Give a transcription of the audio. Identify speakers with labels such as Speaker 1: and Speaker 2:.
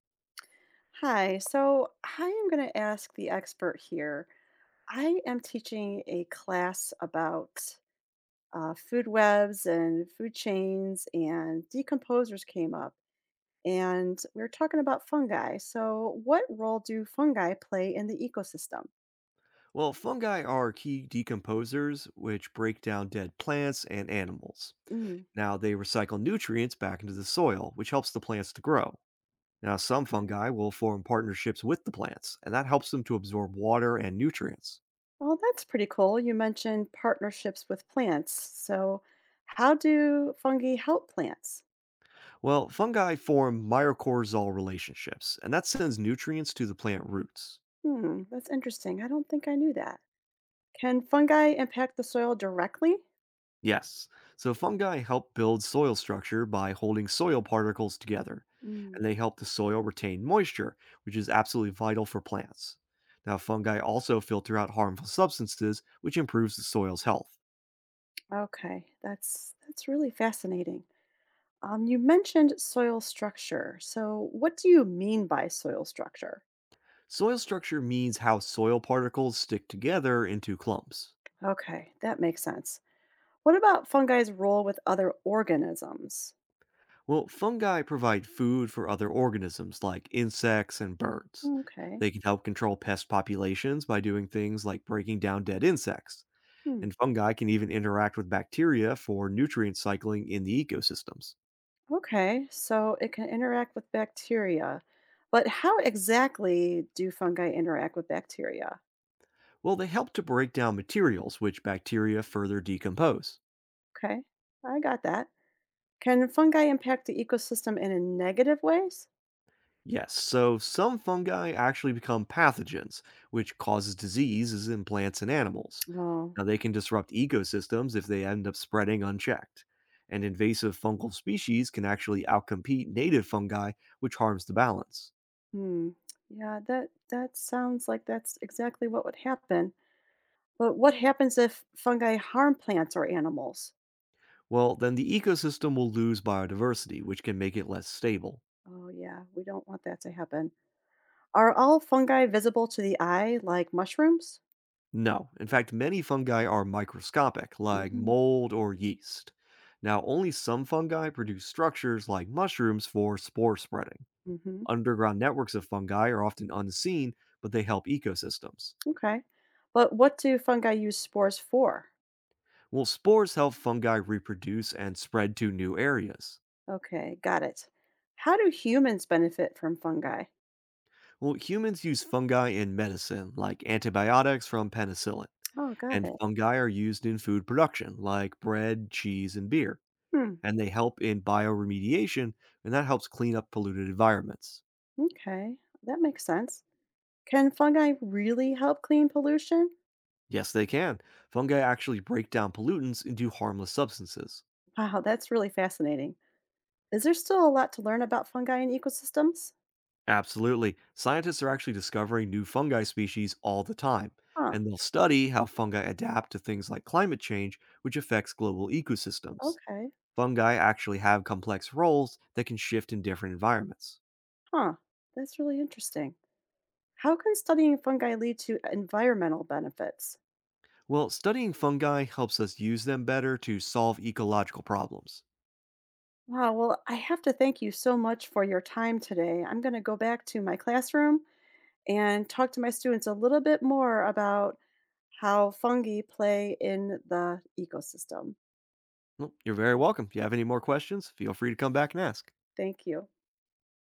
Speaker 1: Hi, so I am going to ask the expert here. I am teaching a class about food webs and food chains, and decomposers came up, and we were talking about fungi. So, what role do fungi play in the ecosystem?
Speaker 2: Well, fungi are key decomposers, which break down dead plants and animals.
Speaker 1: Mm.
Speaker 2: Now, they recycle nutrients back into the soil, which helps the plants to grow. Now, some
Speaker 1: Right.
Speaker 2: fungi will form partnerships with the plants, and that helps them to absorb water and nutrients.
Speaker 1: Well, that's pretty cool. You mentioned partnerships with plants. So, how do fungi help plants?
Speaker 2: Well, fungi form mycorrhizal relationships, and that sends nutrients to the plant roots.
Speaker 1: Hmm, that's interesting. I don't think I knew that. Can fungi impact the soil directly?
Speaker 2: Yes. So fungi help build soil structure by holding soil particles together,
Speaker 1: Mm,
Speaker 2: and they help the soil retain moisture, which is absolutely vital for plants. Now, fungi also filter out harmful substances, which improves the soil's health.
Speaker 1: okay, that's really fascinating. You mentioned soil structure. So, what do you mean by soil structure?
Speaker 2: Soil structure means how soil particles stick together into clumps.
Speaker 1: Okay, that makes sense. What about fungi's role with other organisms?
Speaker 2: Well, fungi provide food for other organisms like insects and birds.
Speaker 1: Okay.
Speaker 2: They can help control pest populations by doing things like breaking down dead insects,
Speaker 1: Hmm.
Speaker 2: and fungi can even interact with bacteria for nutrient cycling in the ecosystems.
Speaker 1: Okay, so it can interact with bacteria. But how exactly do fungi interact with bacteria?
Speaker 2: Well, they help to break down materials, which bacteria further decompose.
Speaker 1: Okay, I got that. Can fungi impact the ecosystem in a negative ways?
Speaker 2: Yes, so some fungi actually become pathogens, which causes diseases in plants and animals.
Speaker 1: Oh.
Speaker 2: Now, they can disrupt ecosystems if they end up spreading unchecked. And invasive fungal species can actually outcompete native fungi, which harms the balance.
Speaker 1: Hmm. Yeah, that sounds like that's exactly what would happen. But what happens if fungi harm plants or animals?
Speaker 2: Well, then the ecosystem will lose biodiversity, which can make it less stable.
Speaker 1: Oh, yeah, we don't want that to happen. Are all fungi visible to the eye like mushrooms?
Speaker 2: No. In fact, many fungi are microscopic, like mold or yeast. Now, only some fungi produce structures like mushrooms for spore spreading.
Speaker 1: Mm-hmm.
Speaker 2: Underground networks of fungi are often unseen, but they help ecosystems.
Speaker 1: Okay. But what do fungi use spores for?
Speaker 2: Well, spores help fungi reproduce and spread to new areas.
Speaker 1: Okay, got it. How do humans benefit from fungi?
Speaker 2: Well, humans use fungi in medicine, like antibiotics from penicillin,
Speaker 1: Oh, got
Speaker 2: and
Speaker 1: it.
Speaker 2: fungi are used in food production, like bread, cheese, and beer.
Speaker 1: Hmm.
Speaker 2: And they help in bioremediation, and that helps clean up polluted environments.
Speaker 1: Okay, that makes sense. Can fungi really help clean pollution?
Speaker 2: Yes, they can. Fungi actually break down pollutants into harmless substances.
Speaker 1: Wow, that's really fascinating. Is there still a lot to learn about fungi and ecosystems?
Speaker 2: Absolutely. Scientists are actually discovering new fungi species all the time,
Speaker 1: Huh,
Speaker 2: and they'll study how fungi adapt to things like climate change, which affects global ecosystems.
Speaker 1: okay.
Speaker 2: Fungi actually have complex roles that can shift in different environments.
Speaker 1: Huh, that's really interesting. How can studying fungi lead to environmental benefits?
Speaker 2: Well, studying fungi helps us use them better to solve ecological problems.
Speaker 1: Wow, well, I have to thank you so much for your time today. I'm going to go back to my classroom and talk to my students a little bit more about how fungi play in the ecosystem.
Speaker 2: Well, you're very welcome. If you have any more questions, feel free to come back and ask.
Speaker 1: Thank you.